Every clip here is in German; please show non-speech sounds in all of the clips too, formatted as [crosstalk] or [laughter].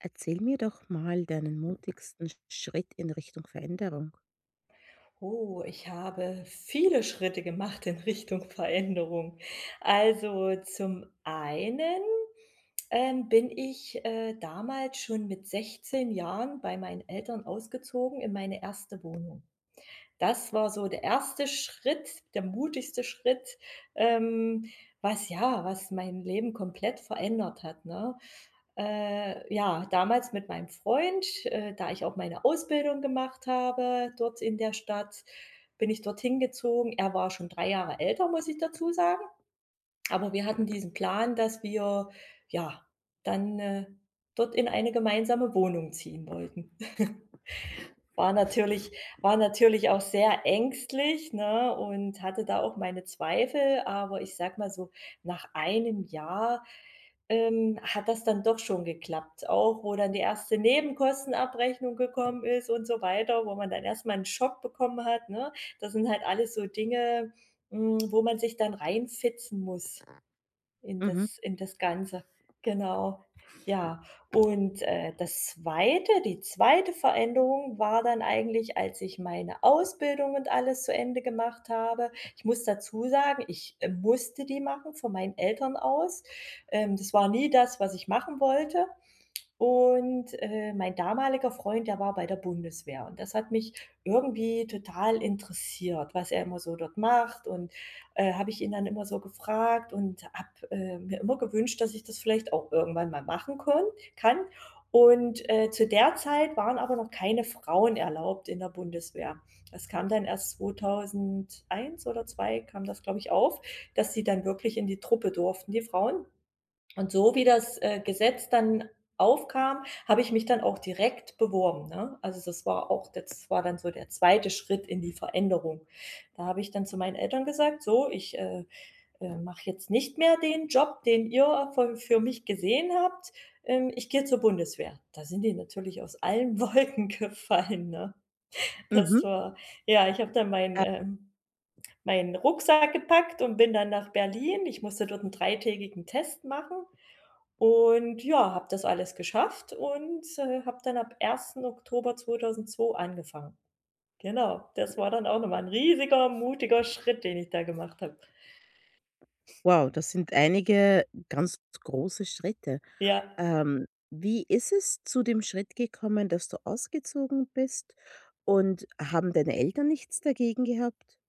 Erzähl mir doch mal deinen mutigsten Schritt in Richtung Veränderung. Oh, ich habe viele Schritte gemacht in Richtung Veränderung. Also zum einen, bin ich, damals schon mit 16 Jahren bei meinen Eltern ausgezogen in meine erste Wohnung. Das war so der erste Schritt, der mutigste Schritt, ähm, was ja, was mein Leben komplett verändert hat, ne? Ja, damals mit meinem Freund, da ich auch meine Ausbildung gemacht habe dort in der Stadt, bin ich dorthin gezogen. Er war schon 3 Jahre älter, muss ich dazu sagen. Aber wir hatten diesen Plan, dass wir, ja, dann, dort in eine gemeinsame Wohnung ziehen wollten. [laughs] War natürlich war natürlich auch sehr ängstlich, ne, und hatte da auch meine Zweifel, aber ich sag mal so, nach einem Jahr, hat das dann doch schon geklappt, auch wo dann die erste Nebenkostenabrechnung gekommen ist und so weiter, wo man dann erstmal einen Schock bekommen hat, ne? Das sind halt alles so Dinge, wo man sich dann reinfitzen muss. In Mhm, das in das Ganze, genau. Ja, und, das zweite die zweite Veränderung war dann eigentlich, als ich meine Ausbildung und alles zu Ende gemacht habe. Ich muss dazu sagen, ich, musste die machen von meinen Eltern aus. Das war nie das, was ich machen wollte. Und, mein damaliger Freund, der war bei der Bundeswehr und das hat mich irgendwie total interessiert, was er immer so dort macht und, habe ich ihn dann immer so gefragt und habe, mir immer gewünscht, dass ich das vielleicht auch irgendwann mal machen kon kann. Und, zu der Zeit waren aber noch keine Frauen erlaubt in der Bundeswehr. Das kam dann erst 2001 oder 2 kam das, glaube ich, auf, dass sie dann wirklich in die Truppe durften, die Frauen. Und so wie das, Gesetz dann aufkam, habe ich mich dann auch direkt beworben, ne? Also, das war dann so der zweite Schritt in die Veränderung. Da habe ich dann zu meinen Eltern gesagt: „So, ich, mache jetzt nicht mehr den Job, den ihr von für mich gesehen habt. Ich gehe zur Bundeswehr.“ Da sind die natürlich aus allen [laughs] Wolken gefallen, ne? mhm. Das war ja, ich habe dann meinen, Äh, meinen Rucksack gepackt und bin dann nach Berlin. Ich musste dort einen dreitägigen Test machen und ja, habe das alles geschafft und, habe dann ab 1. Oktober 2002 angefangen. Genau, das war dann auch noch mal 'n riesiger, mutiger Schritt, den ich da gemacht habe. wow, das sind einige ganz große Schritte. Ja. Wie ist es zu dem Schritt gekommen, dass du ausgezogen bist und haben deine Eltern nichts dagegen gehabt?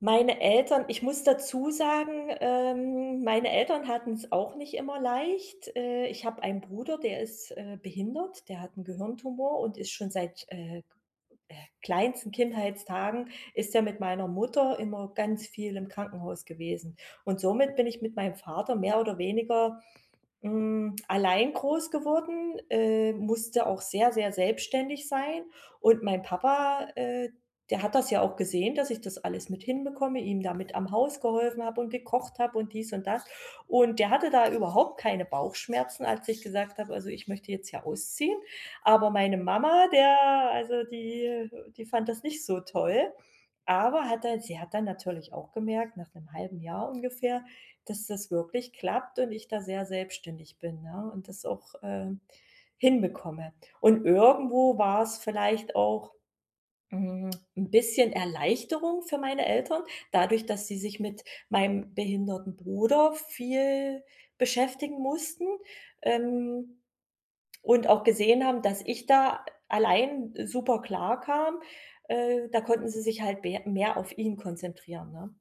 Meine Eltern ich muss dazu sagen, meine Eltern hatten es auch nicht immer leicht. Ich habe einen Bruder, der ist, behindert, der hat einen Gehirntumor und ist schon seit, äh, kleinsten Kindheitstagen ist er mit meiner Mutter immer ganz viel im Krankenhaus gewesen. Und somit bin ich mit meinem Vater mehr oder weniger allein groß geworden, musste auch sehr, sehr selbstständig sein und mein Papa, der hat das ja auch gesehen, dass ich das alles mit hinbekomme, ihm damit am Haus geholfen habe und gekocht habe und dies und das. Und der hatte da überhaupt keine Bauchschmerzen, als ich gesagt habe: „Also, ich möchte jetzt hier ausziehen.“ Aber meine Mama, der also die fand das nicht so toll, aber hat dann sie hat dann natürlich auch gemerkt, nach einem halben Jahr ungefähr, dass das wirklich klappt und ich da sehr selbstständig bin, ne, und das auch, hinbekomme. Und irgendwo war es vielleicht auch, hm, 'n bisschen Erleichterung für meine Eltern, dadurch, dass sie sich mit meinem behinderten Bruder viel beschäftigen mussten, ähm, und auch gesehen haben, dass ich da allein super klarkam. Da konnten sie sich halt mehr auf ihn konzentrieren, ne?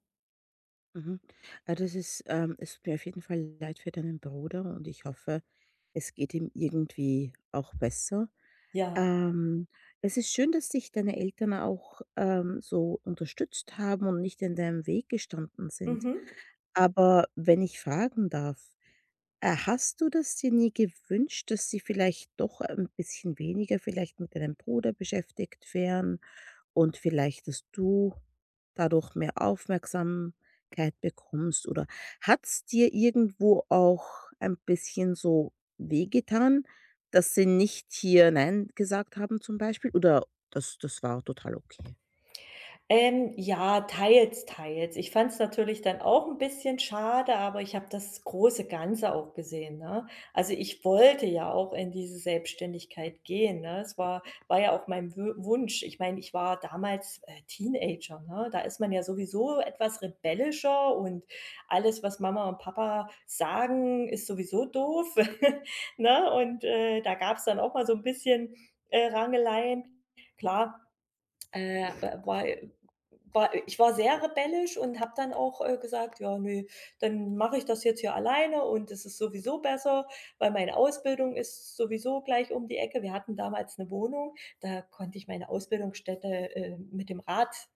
Mhm. Das ist, es tut mir auf jeden Fall leid für deinen Bruder und ich hoffe, es geht ihm irgendwie auch besser. Ja. Ähm, Es ist schön, dass dich deine Eltern auch, so unterstützt haben und nicht in deinem Weg gestanden sind. Mhm. Aber wenn ich fragen darf hast du das dir nie gewünscht, dass sie vielleicht doch ein bisschen weniger vielleicht mit deinem Bruder beschäftigt wären und vielleicht, dass du dadurch mehr Aufmerksamkeit bekommst? Oder hat es dir irgendwo auch ein bisschen so wehgetan, dass sie nicht hier „Nein“ gesagt haben zum Beispiel? Oder das war total okay? Ja, teils, teils. Ich fand es natürlich dann auch ein bisschen schade, aber ich habe das große Ganze auch gesehen, ne? Also, ich wollte ja auch in diese Selbstständigkeit gehen, ne? Es war ja auch mein Wü Wunsch. Ich meine, ich war damals, Teenager, ne? Da ist man ja sowieso etwas rebellischer und alles, was Mama und Papa sagen, ist sowieso doof, [laughs] ne? Und, da gab es dann auch mal so ein bisschen, Rangeleien. Klar. Äh, war war ich war sehr rebellisch und habe dann auch, gesagt: „Ja, ne, dann mache ich das jetzt hier alleine und es ist sowieso besser, weil meine Ausbildung ist sowieso gleich um die Ecke.“ Wir hatten damals eine Wohnung, da konnte ich meine Ausbildungsstätte, mit dem Rad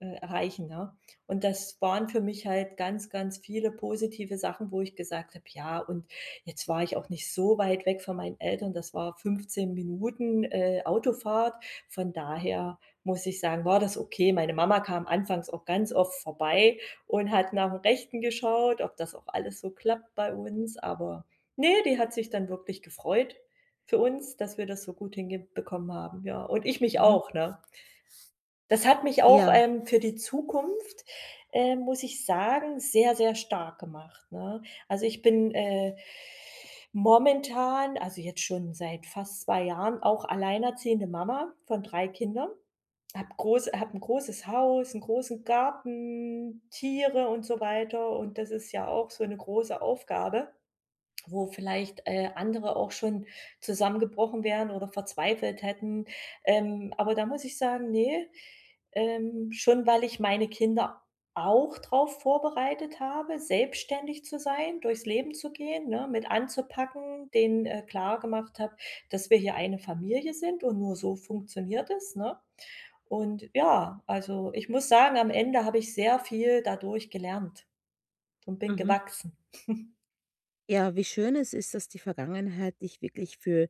erreichen, ne? Und das waren für mich halt ganz, ganz viele positive Sachen, wo ich gesagt habe: „Ja, und jetzt war ich auch nicht so weit weg von meinen Eltern.“ Das war 15 Minuten, Autofahrt. Von daher muss ich sagen, war das okay. Meine Mama kam anfangs auch ganz oft vorbei und hat nach dem Rechten geschaut, ob das auch alles so klappt bei uns. Aber nee, die hat sich dann wirklich gefreut für uns, dass wir das so gut hingebekommen haben, ja. Und ich mich Mhm. auch, ne? Das hat mich auch, Ja, für die Zukunft, muss ich sagen, sehr, sehr stark gemacht, ne? Also, ich bin, momentan also, jetzt schon seit fast 2 Jahren auch alleinerziehende Mama von 3 Kindern, habe 'n großes Haus, einen großen Garten, Tiere und so weiter und das ist ja auch so eine große Aufgabe, wo vielleicht, andere auch schon zusammengebrochen wären oder verzweifelt hätten. Aber da muss ich sagen, nee, schon weil ich meine Kinder auch darauf vorbereitet habe, selbstständig zu sein, durchs Leben zu gehen, ne, mit anzupacken, denen, klar gemacht habe, dass wir hier eine Familie sind und nur so funktioniert es, ne? Und ja, also, ich muss sagen, am Ende habe ich sehr viel dadurch gelernt und bin mhm. gewachsen. [laughs] Ja, wie schön es ist, dass die Vergangenheit dich wirklich für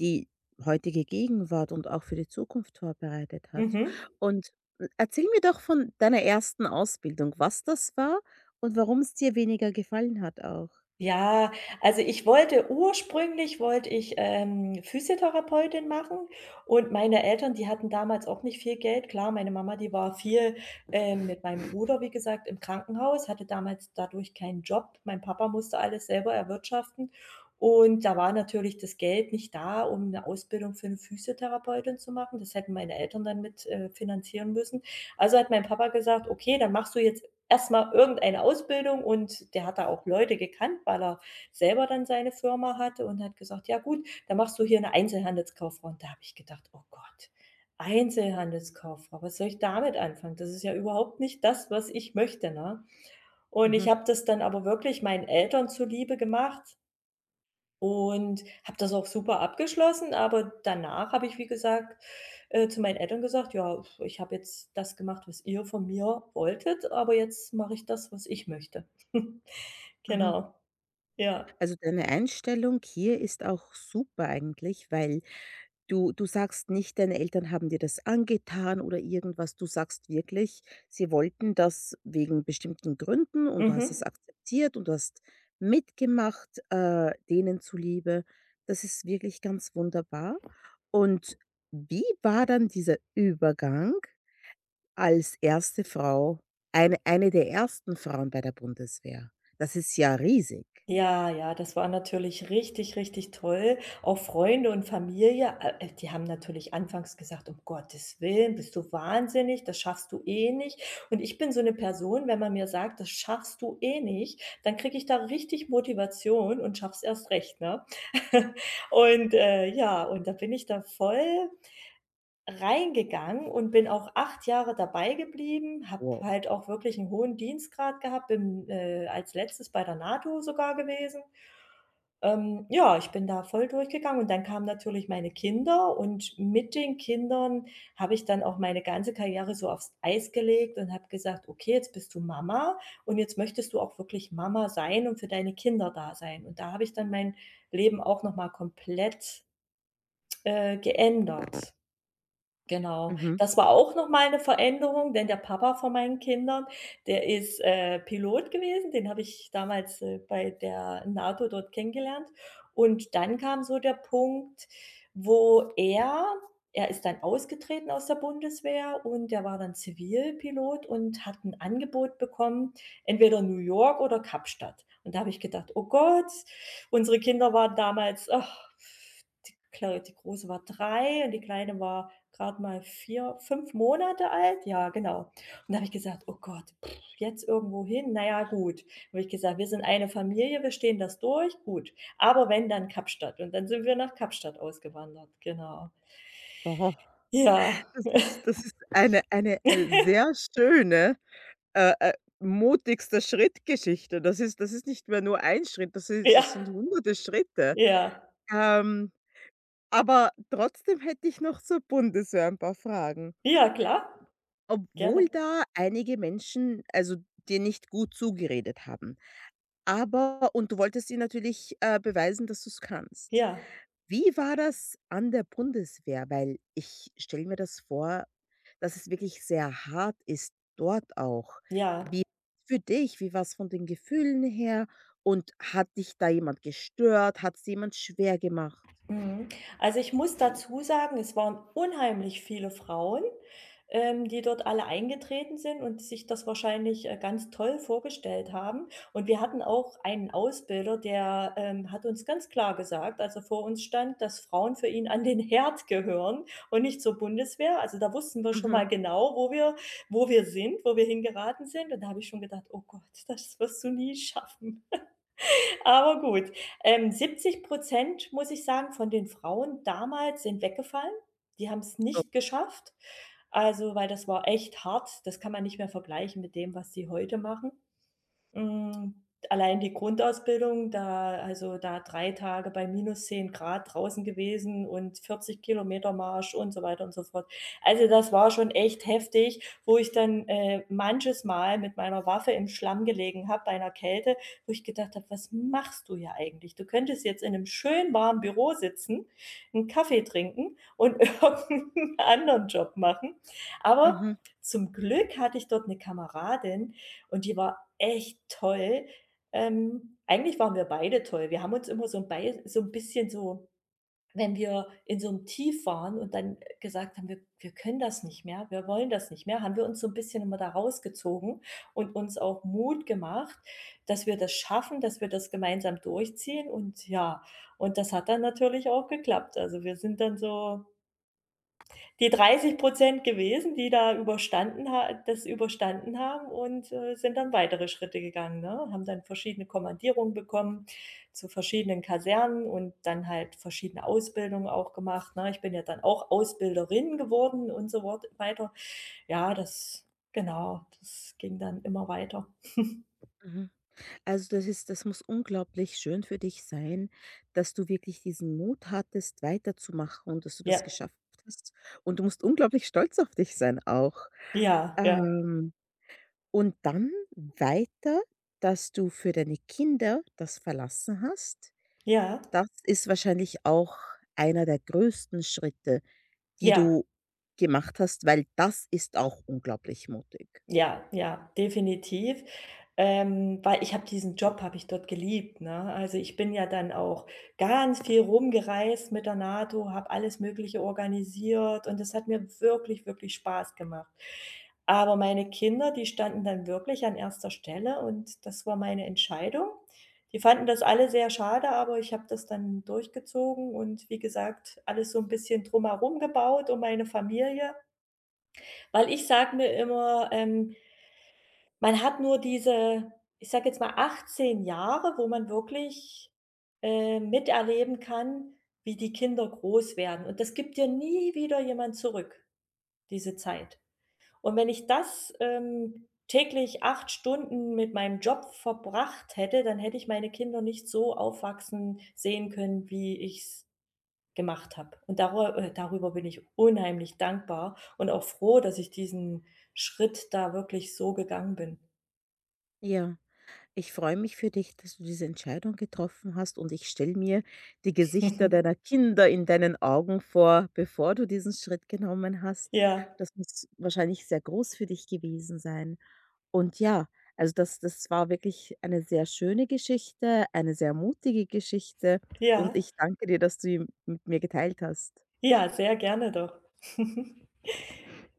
die heutige Gegenwart und auch für die Zukunft vorbereitet hat. Mhm. Und erzähl mir doch von deiner ersten Ausbildung, was das war und warum es dir weniger gefallen hat auch? Ja, also ich wollte ursprünglich wollte ich, Physiotherapeutin machen und meine Eltern, die hatten damals auch nicht viel Geld. Klar, meine Mama, die war viel, mit meinem Bruder, wie gesagt, im Krankenhaus, hatte damals dadurch keinen Job. Mein Papa musste alles selber erwirtschaften und da war natürlich das Geld nicht da, um eine Ausbildung für eine Physiotherapeutin zu machen. Das hätten meine Eltern dann mit, finanzieren müssen. Also hat mein Papa gesagt: „Okay, dann machst du jetzt erst mal irgendeine Ausbildung“, und der hat da auch Leute gekannt, weil er selber dann seine Firma hatte, und hat gesagt: „Ja gut, dann machst du hier eine Einzelhandelskauffrau.“ Und da habe ich gedacht: „Oh Gott, Einzelhandelskauffrau, was soll ich damit anfangen? Das ist ja überhaupt nicht das, was ich möchte“, ne? Und ich Mhm, habe das dann aber wirklich meinen Eltern zuliebe gemacht und habe das auch super abgeschlossen, aber danach habe ich, wie gesagt, zu meinen Eltern gesagt: „Ja, ich habe jetzt das gemacht, was ihr von mir wolltet, aber jetzt mache ich das, was ich möchte.“ [laughs] mhm. Genau, ja. Also, deine Einstellung hier ist auch super eigentlich, weil du sagst nicht, deine Eltern haben dir das angetan oder irgendwas. Du sagst wirklich, sie wollten das wegen bestimmten Gründen und du hast Mhm. es akzeptiert und du hast mitgemacht, denen zuliebe. Das ist wirklich ganz wunderbar. Und wie war dann dieser Übergang als erste Frau, eine der ersten Frauen bei der Bundeswehr? Das ist ja riesig. Ja, ja, das war natürlich richtig, richtig toll. Auch Freunde und Familie, die haben natürlich anfangs gesagt: „Um Gottes Willen, bist du wahnsinnig, das schaffst du eh nicht.“ Und ich bin so eine Person, wenn man mir sagt: „Das schaffst du eh nicht“, dann kriege ich da richtig Motivation und schaff's erst recht, ne? [laughs] Und, ja, und da bin ich da voll reingegangen und bin auch 8 Jahre dabei geblieben, habe Wow. halt auch wirklich einen hohen Dienstgrad gehabt, bin, als Letztes bei der NATO sogar gewesen. Ja, ich bin da voll durchgegangen und dann kamen natürlich meine Kinder und mit den Kindern habe ich dann auch meine ganze Karriere so aufs Eis gelegt und habe gesagt: „Okay, jetzt bist du Mama und jetzt möchtest du auch wirklich Mama sein und für deine Kinder da sein.“ Und da habe ich dann mein Leben auch noch mal komplett, geändert. Genau. Mhm. Das war auch noch mal 'ne Veränderung, denn der Papa von meinen Kindern, der ist, Pilot gewesen. Den habe ich damals, bei der NATO dort kennengelernt. Und dann kam so der Punkt, wo er ist dann ausgetreten aus der Bundeswehr und der war dann Zivilpilot und hat ein Angebot bekommen, entweder New York oder Kapstadt. Und da habe ich gedacht: „Oh Gott“, unsere Kinder waren damals, ach, die Große war 3 und die Kleine war gerade mal 4 5 Monate alt? Ja, genau. Und da habe ich gesagt: „Oh Gott, pff, jetzt irgendwo hin? Na ja, gut.“ Habe ich gesagt: „Wir sind eine Familie, wir stehen das durch, gut. Aber wenn, dann Kapstadt.“ Und dann sind wir nach Kapstadt ausgewandert, genau. Aha. Ja, Das ist eine sehr schöne, äh, äh, mutigster Schrittgeschichte. Das ist nicht mehr nur ein Schritt, das ist das ja, sind hunderte Schritte. ja. Ähm, aber trotzdem hätte ich noch zur Bundeswehr ein paar Fragen. Ja, klar, Obwohl gerne. da einige Menschen, also, dir nicht gut zugeredet haben, aber und du wolltest ihnen natürlich, beweisen, dass du es kannst. Ja, Wie war das an der Bundeswehr? Weil ich stelle mir das vor, dass es wirklich sehr hart ist dort auch. ja. Wie für dich? Wie war es von den Gefühlen her? Und hat dich da jemand gestört? Hat es jemand schwer gemacht? Mhm. Also, ich muss dazu sagen, es waren unheimlich viele Frauen, die dort alle eingetreten sind und sich das wahrscheinlich, ganz toll vorgestellt haben. Und wir hatten auch einen Ausbilder, der, hat uns ganz klar gesagt, als er vor uns stand, dass Frauen für ihn an den Herd gehören und nicht zur Bundeswehr. Also, da wussten wir schon Mhm. mal genau, wo wir sind, wo wir hingeraten sind. Und da habe ich schon gedacht: „Oh Gott, das wirst du nie schaffen.“ Aber gut. Siebzig Prozent muss ich sagen, von den Frauen damals sind weggefallen. Die haben es So. nicht geschafft. Also, weil das war echt hart. Das kann man nicht mehr vergleichen mit dem, was sie heute machen. Hm, allein die Grundausbildung, da also, da 3 Tage bei -10 Grad draußen gewesen und 40 km Marsch und so weiter und so fort. Also, das war schon echt heftig, wo ich dann, manches Mal mit meiner Waffe im Schlamm gelegen habe bei 'ner Kälte, wo ich gedacht habe: „Was machst du hier eigentlich? Du könntest jetzt in einem schön warmen Büro sitzen, einen Kaffee trinken und [laughs] irgendeinen anderen Job machen.“ Aber Mhm. zum Glück hatte ich dort eine Kameradin und die war echt toll. Eigentlich waren wir beide toll. Wir haben uns immer so ein bei so 'n bisschen so, wenn wir in so 'nem Tief waren und dann gesagt haben: „Wir können das nicht mehr, wir wollen das nicht mehr“, haben wir uns so ein bisschen immer da rausgezogen und uns auch Mut gemacht, dass wir das schaffen, dass wir das gemeinsam durchziehen und ja, und das hat dann natürlich auch geklappt. Also, wir sind dann so die 30% gewesen, die da überstanden ha das überstanden haben und, sind dann weitere Schritte gegangen, ne? Haben dann verschiedene Kommandierungen bekommen zu verschiedenen Kasernen und dann halt verschiedene Ausbildungen auch gemacht, ne? Ich bin ja dann auch Ausbilderin geworden und so wort weiter. Ja, das genau, das ging dann immer weiter. Mhm. Also, das muss unglaublich schön für dich sein, dass du wirklich diesen Mut hattest, weiterzumachen und dass du das Ja, geschafft hast. Und du musst unglaublich stolz auf dich sein auch. ja, ja, Ähm. Und dann weiter, dass du für deine Kinder das verlassen hast. ja, Das ist wahrscheinlich auch einer der größten Schritte, die ja. du gemacht hast, weil das ist auch unglaublich mutig. Ja, ja, definitiv. Weil ich habe diesen Job habe ich dort geliebt, ne? Also, ich bin ja dann auch ganz viel rumgereist mit der NATO, habe alles Mögliche organisiert und das hat mir wirklich, wirklich Spaß gemacht. Aber meine Kinder, die standen dann wirklich an erster Stelle und das war meine Entscheidung. Die fanden das alle sehr schade, aber ich habe das dann durchgezogen und wie gesagt, alles so ein bisschen drumherum gebaut um meine Familie. Weil ich sage mir immer, man hat nur diese, ich sage jetzt mal, 18 Jahre, wo man wirklich, miterleben kann, wie die Kinder groß werden. Und das gibt dir nie wieder jemand zurück, diese Zeit. Und wenn ich das, täglich 8 Stunden mit meinem Job verbracht hätte, dann hätte ich meine Kinder nicht so aufwachsen sehen können, wie ich es gemacht habe. Und darüber darüber bin ich unheimlich dankbar und auch froh, dass ich diesen Schritt da wirklich so gegangen Ja, ich freue mich für dich, dass du diese Entscheidung getroffen hast und ich stelle mir die Gesichter bin. [laughs] deiner Kinder in deinen Augen vor, bevor du diesen Schritt genommen hast. Ja, Das muss wahrscheinlich sehr groß für dich gewesen sein. Und ja, also das war wirklich eine sehr schöne Geschichte, eine sehr mutige Geschichte und ja, ich danke dir, dass du die mit mir geteilt hast. ja, sehr gerne doch. [laughs]